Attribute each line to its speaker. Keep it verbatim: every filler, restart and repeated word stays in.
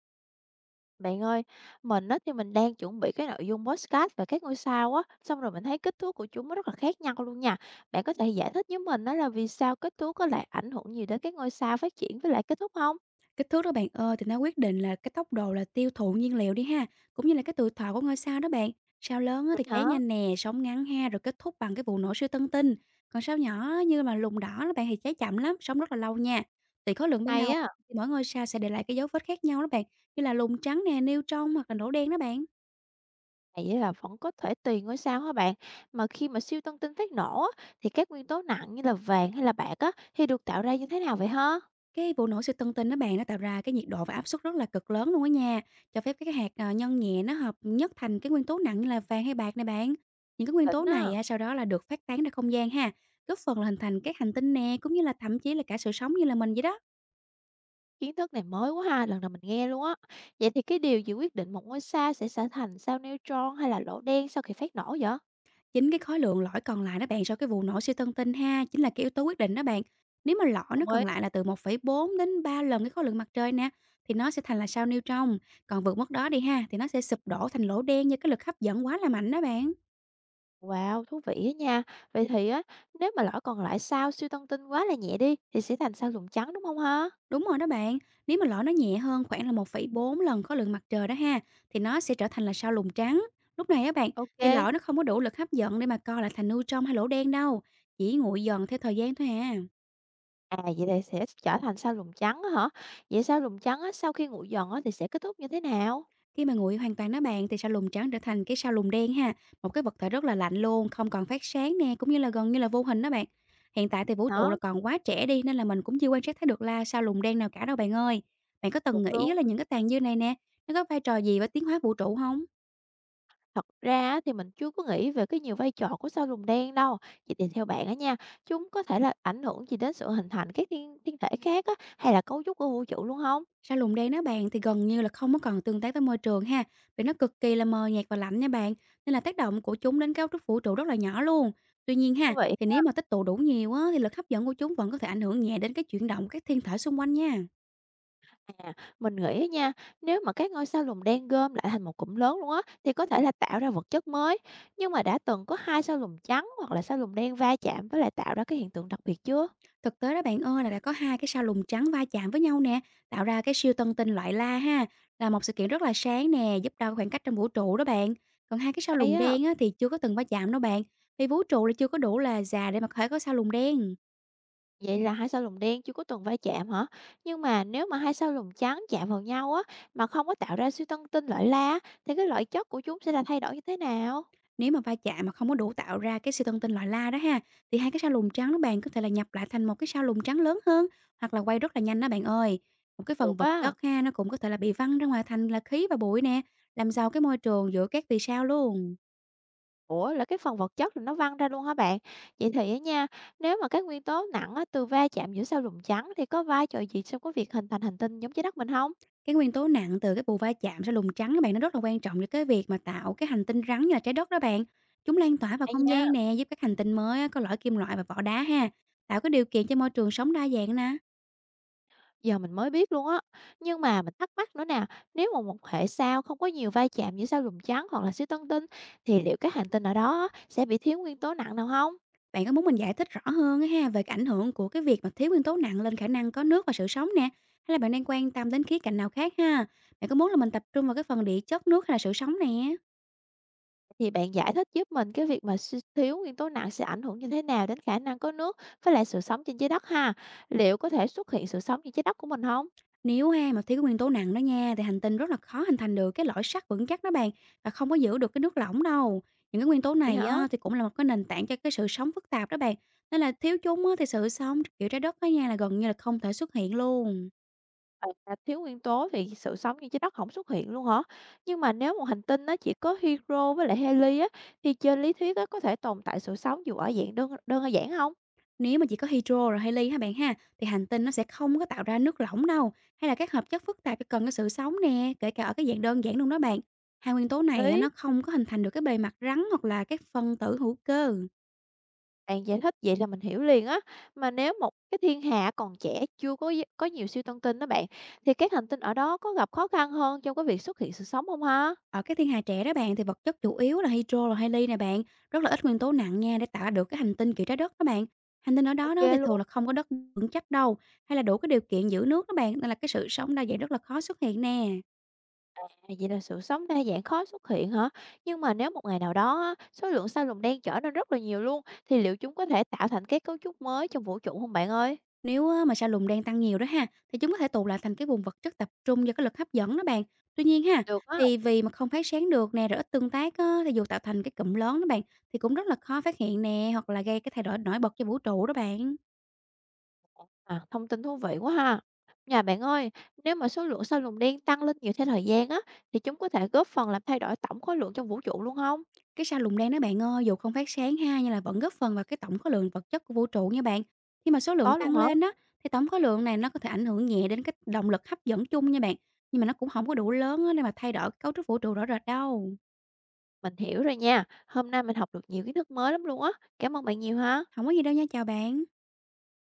Speaker 1: Bạn ơi, mình á thì mình đang chuẩn bị cái nội dung podcast về các ngôi sao á, xong rồi mình thấy kích thước của chúng nó rất là khác nhau luôn nha. Bạn có thể giải thích với mình đó là vì sao kích thước có lại ảnh hưởng nhiều đến các ngôi sao phát triển với lại kết thúc không?
Speaker 2: Kích thước đó bạn ơi, thì nó quyết định là cái tốc độ là tiêu thụ nhiên liệu đi ha, cũng như là cái tuổi thọ của ngôi sao đó bạn. Sao lớn á
Speaker 1: Vậy
Speaker 2: thì cháy
Speaker 1: hả?
Speaker 2: nhanh nè, sống ngắn ha, rồi kết thúc bằng cái vụ nổ siêu tân tinh. Còn sao nhỏ như mà lùng đỏ đó bạn thì cháy chậm lắm, sống rất là lâu nha. Tùy khối lượng ban
Speaker 1: Hay
Speaker 2: đầu
Speaker 1: á.
Speaker 2: thì mỗi ngôi sao sẽ để lại cái dấu vết khác nhau đó bạn, như là lùng trắng nè, neutron hoặc là lỗ đen đó bạn.
Speaker 1: Này vậy là vẫn có thể tùy ngôi sao hả bạn? Mà khi mà siêu tân tinh phát nổ á, thì các nguyên tố nặng như là vàng hay là bạc á thì được tạo ra như thế nào vậy hả?
Speaker 2: Cái vụ nổ siêu tân tinh á bạn, nó tạo ra cái nhiệt độ và áp suất rất là cực lớn luôn á nha, cho phép cái hạt, ờ, nhân nhẹ nó hợp nhất thành cái nguyên tố nặng như là vàng hay bạc này bạn. Những cái nguyên tố
Speaker 1: Đỉnh á.
Speaker 2: này á, sau đó là được phát tán ra không gian ha, góp phần là hình thành các hành tinh nè, cũng như là thậm chí là cả sự sống như là mình vậy đó.
Speaker 1: Kiến thức này mới quá ha, lần đầu mình nghe luôn á. Vậy thì cái điều gì quyết định một ngôi sao sẽ trở thành sao neutron hay là lỗ đen sau khi phát nổ vậy?
Speaker 2: Chính cái khối lượng lõi còn lại đó bạn sau cái vụ nổ siêu tân tinh ha, chính là cái yếu tố quyết định đó bạn. Nếu mà lõi nó
Speaker 1: Đồng ý.
Speaker 2: còn lại là từ một phẩy bốn đến ba lần cái khối lượng mặt trời nè, thì nó sẽ thành là sao Neutron, còn vượt mức đó đi ha, thì nó sẽ sụp đổ thành lỗ đen do cái lực hấp dẫn quá là mạnh đó bạn.
Speaker 1: Wow, thú vị á nha. Vậy thì á, nếu mà lõi còn lại sao siêu tân tinh quá là nhẹ đi thì sẽ thành sao lùn trắng đúng không ha?
Speaker 2: Đúng rồi đó bạn, nếu mà lõi nó nhẹ hơn khoảng là một phẩy bốn lần khối lượng mặt trời đó ha, thì nó sẽ trở thành là sao lùn trắng. Lúc này á bạn, thì
Speaker 1: Ok.
Speaker 2: lõi nó không có đủ lực hấp dẫn để mà co lại thành neutron hay lỗ đen đâu, chỉ nguội dần theo thời gian thôi à.
Speaker 1: À vậy thì sẽ trở thành sao lùn trắng á hả? Vậy sao lùn trắng á sau khi nguội dần á thì sẽ kết thúc như thế nào?
Speaker 2: Khi mà nguội hoàn toàn đó bạn, thì sao lùn trắng trở thành cái sao lùn đen ha, một cái vật thể rất là lạnh luôn, không còn phát sáng nè, cũng như là gần như là vô hình đó bạn. Hiện tại thì vũ trụ
Speaker 1: Hả?
Speaker 2: là còn quá trẻ đi nên là mình cũng chưa quan sát thấy được là sao lùn đen nào cả đâu bạn ơi. Bạn có từng
Speaker 1: Cũng
Speaker 2: nghĩ á là
Speaker 1: đúng.
Speaker 2: những cái tàn dư này nè, nó có vai trò gì với tiến hóa vũ trụ không?
Speaker 1: Thật ra á thì mình chưa có nghĩ về cái nhiều vai trò của sao lùn đen đâu. Vậy thì theo bạn á nha, chúng có thể là ảnh hưởng gì đến sự hình thành các thiên thiên thể khác á, hay là cấu trúc của vũ trụ luôn không?
Speaker 2: Sa lùn đen đó bạn thì gần như là không có còn tương tác với môi trường ha, vì nó cực kỳ là mờ nhạt và lạnh nha bạn, nên là tác động của chúng đến cấu trúc vũ trụ rất là nhỏ luôn. Tuy nhiên
Speaker 1: Thú
Speaker 2: ha,
Speaker 1: vị.
Speaker 2: thì nếu mà tích tụ đủ nhiều á, thì lực hấp dẫn của chúng vẫn có thể ảnh hưởng nhẹ đến cái chuyển động của các thiên thể xung quanh nha.
Speaker 1: Mình nghĩ á nha, nếu mà các ngôi sao lùn đen gom lại thành một cụm lớn luôn á, thì có thể là tạo ra vật chất mới. Nhưng mà đã từng có hai sao lùn trắng hoặc là sao lùn đen va chạm với lại tạo ra cái hiện tượng đặc biệt chưa?
Speaker 2: Thực tế đó bạn ơi là đã có hai cái sao lùn trắng va chạm với nhau nè, tạo ra cái siêu tân tinh loại La ha, là một sự kiện rất là sáng nè, giúp đo khoảng cách trong vũ trụ đó bạn. Còn hai cái sao
Speaker 1: Hay
Speaker 2: lùn
Speaker 1: á.
Speaker 2: đen á, thì chưa có từng va chạm đâu bạn, vì vũ trụ là chưa có đủ là già để mà có thể có sao lùn đen.
Speaker 1: Vậy là hai sao lùn đen chưa có từng va chạm hả? Nhưng mà nếu mà hai sao lùn trắng chạm vào nhau á mà không có tạo ra siêu tân tinh loại la á, thì cái loại chất của chúng sẽ là thay đổi như thế nào?
Speaker 2: Nếu mà va chạm mà không có đủ tạo ra cái siêu tân tinh loại La đó ha, thì hai cái sao lùn trắng đó bạn có thể là nhập lại thành một cái sao lùn trắng lớn hơn hoặc là quay rất là nhanh đó bạn ơi. Một cái
Speaker 1: Được
Speaker 2: phần vật
Speaker 1: á.
Speaker 2: chất ha nó cũng có thể là bị văng ra ngoài thành là khí và bụi nè, làm giàu cái môi trường giữa các vì sao luôn.
Speaker 1: Ủa là cái phần vật chất là nó văng ra luôn hả bạn? Vậy thì á nha, nếu mà các nguyên tố nặng á, từ va chạm giữa sao lùn trắng thì có vai trò gì trong cái việc hình thành hành tinh giống trái đất mình không?
Speaker 2: Cái nguyên tố nặng từ cái vụ va chạm sao lùn trắng các bạn nó rất là quan trọng cho cái việc mà tạo cái hành tinh rắn như là trái đất đó bạn. Chúng lan tỏa vào
Speaker 1: Hay
Speaker 2: không
Speaker 1: nha.
Speaker 2: gian nè, giúp các hành tinh mới á, có lõi kim loại và vỏ đá ha, tạo cái điều kiện cho môi trường sống đa dạng nè.
Speaker 1: Giờ mình mới biết luôn á. Nhưng mà mình thắc mắc nữa nè, nếu mà một hệ sao không có nhiều va chạm giữa sao lùn trắng hoặc là siêu tân tinh thì liệu các hành tinh ở đó á, sẽ bị thiếu nguyên tố nặng nào không?
Speaker 2: Bạn có muốn mình giải thích rõ hơn á ha về cái ảnh hưởng của cái việc mà thiếu nguyên tố nặng lên khả năng có nước và sự sống nè? Hay là bạn đang quan tâm đến khía cạnh nào khác ha? Bạn có muốn là mình tập trung vào cái phần địa chất nước hay là sự sống nè?
Speaker 1: Thì bạn giải thích giúp mình cái việc mà suy- thiếu nguyên tố nặng sẽ ảnh hưởng như thế nào đến khả năng có nước với lại sự sống trên trái đất ha? Liệu có thể xuất hiện sự sống trên trái đất của mình không?
Speaker 2: Nếu ha mà thiếu cái nguyên tố nặng đó nha thì hành tinh rất là khó hình thành được cái lõi sắt vững chắc đó bạn và không có giữ được cái nước lỏng đâu. Những cái nguyên tố
Speaker 1: Vậy
Speaker 2: này
Speaker 1: hả?
Speaker 2: á, thì cũng là một cái nền tảng cho cái sự sống phức tạp đó bạn. Nên là thiếu chúng á, thì sự sống kiểu trái đất đó nha là gần như là không thể xuất hiện luôn.
Speaker 1: Bạn, là thiếu nguyên tố thì sự sống trên trái đất không xuất hiện luôn hả? Nhưng mà nếu một hành tinh nó chỉ có hydro với lại heli á thì trên lý thuyết á, có thể tồn tại sự sống dù ở dạng đơn đơn giản không?
Speaker 2: Nếu mà chỉ có hydro rồi heli hả bạn ha, thì hành tinh nó sẽ không có tạo ra nước lỏng đâu, hay là các hợp chất phức tạp cho cần cái sự sống nè, kể cả ở cái dạng đơn giản luôn đó bạn. Hai nguyên tố này á,
Speaker 1: Lý,
Speaker 2: nó không có hình thành được cái bề mặt rắn hoặc là các phân tử hữu cơ.
Speaker 1: bạn giải thích vậy là mình hiểu liền á. Mà nếu một cái thiên hạ còn trẻ chưa có gi- có nhiều siêu tân tinh đó bạn, thì các hành tinh ở đó có gặp khó khăn hơn trong cái việc xuất hiện sự sống không ha?
Speaker 2: Ở cái thiên hà trẻ đó bạn thì vật chất chủ yếu là hydro rồi heli nè bạn, rất là ít nguyên tố nặng nha để tạo ra được cái hành tinh kiểu trái đất đó bạn. Hành tinh ở đó
Speaker 1: Ok
Speaker 2: đó thì thường
Speaker 1: luôn.
Speaker 2: là không có đất vững chắc đâu, hay là đủ cái điều kiện giữ nước đó bạn, nên là cái sự sống đa dạng rất là khó xuất hiện nè.
Speaker 1: À, vậy là sự sống đa dạng khó xuất hiện hả? Nhưng mà nếu một ngày nào đó á, số lượng sao lùng đen trở nên rất là nhiều luôn, thì liệu chúng có thể tạo thành cái cấu trúc mới trong vũ trụ không bạn ơi?
Speaker 2: Nếu á, mà săn lùng đen tăng nhiều đó ha, thì chúng có thể tụ lại thành cái vùng vật chất tập trung do cái lực hấp dẫn đó bạn. Tuy nhiên ha,
Speaker 1: Được á.
Speaker 2: thì vì mà không phát sáng được nè, rồi ít tương tác á, thì dù tạo thành cái cụm lớn đó bạn, thì cũng rất là khó phát hiện nè, hoặc là gây cái thay đổi nổi bật cho vũ trụ đó bạn.
Speaker 1: À, thông tin thú vị quá ha. Nhà bạn ơi, nếu mà số lượng sao lùng đen tăng lên nhiều theo thời gian á, thì chúng có thể góp phần làm thay đổi tổng khối lượng trong vũ trụ luôn không?
Speaker 2: Cái sao lùng đen đó bạn ơi, dù không phát sáng ha, nhưng là vẫn góp phần vào cái tổng khối lượng vật chất của vũ trụ nha bạn. Khi mà số lượng
Speaker 1: Có luôn
Speaker 2: tăng
Speaker 1: hả?
Speaker 2: lên đó, thì tổng khối lượng này nó có thể ảnh hưởng nhẹ đến cái động lực hấp dẫn chung nha bạn. Nhưng mà nó cũng không có đủ lớn á, để mà thay đổi cấu trúc vũ trụ rõ rệt đâu.
Speaker 1: Mình hiểu rồi nha. Hôm nay mình học được nhiều kiến thức mới lắm luôn á. Cảm ơn bạn nhiều ha.
Speaker 2: Không có gì đâu nha, chào bạn.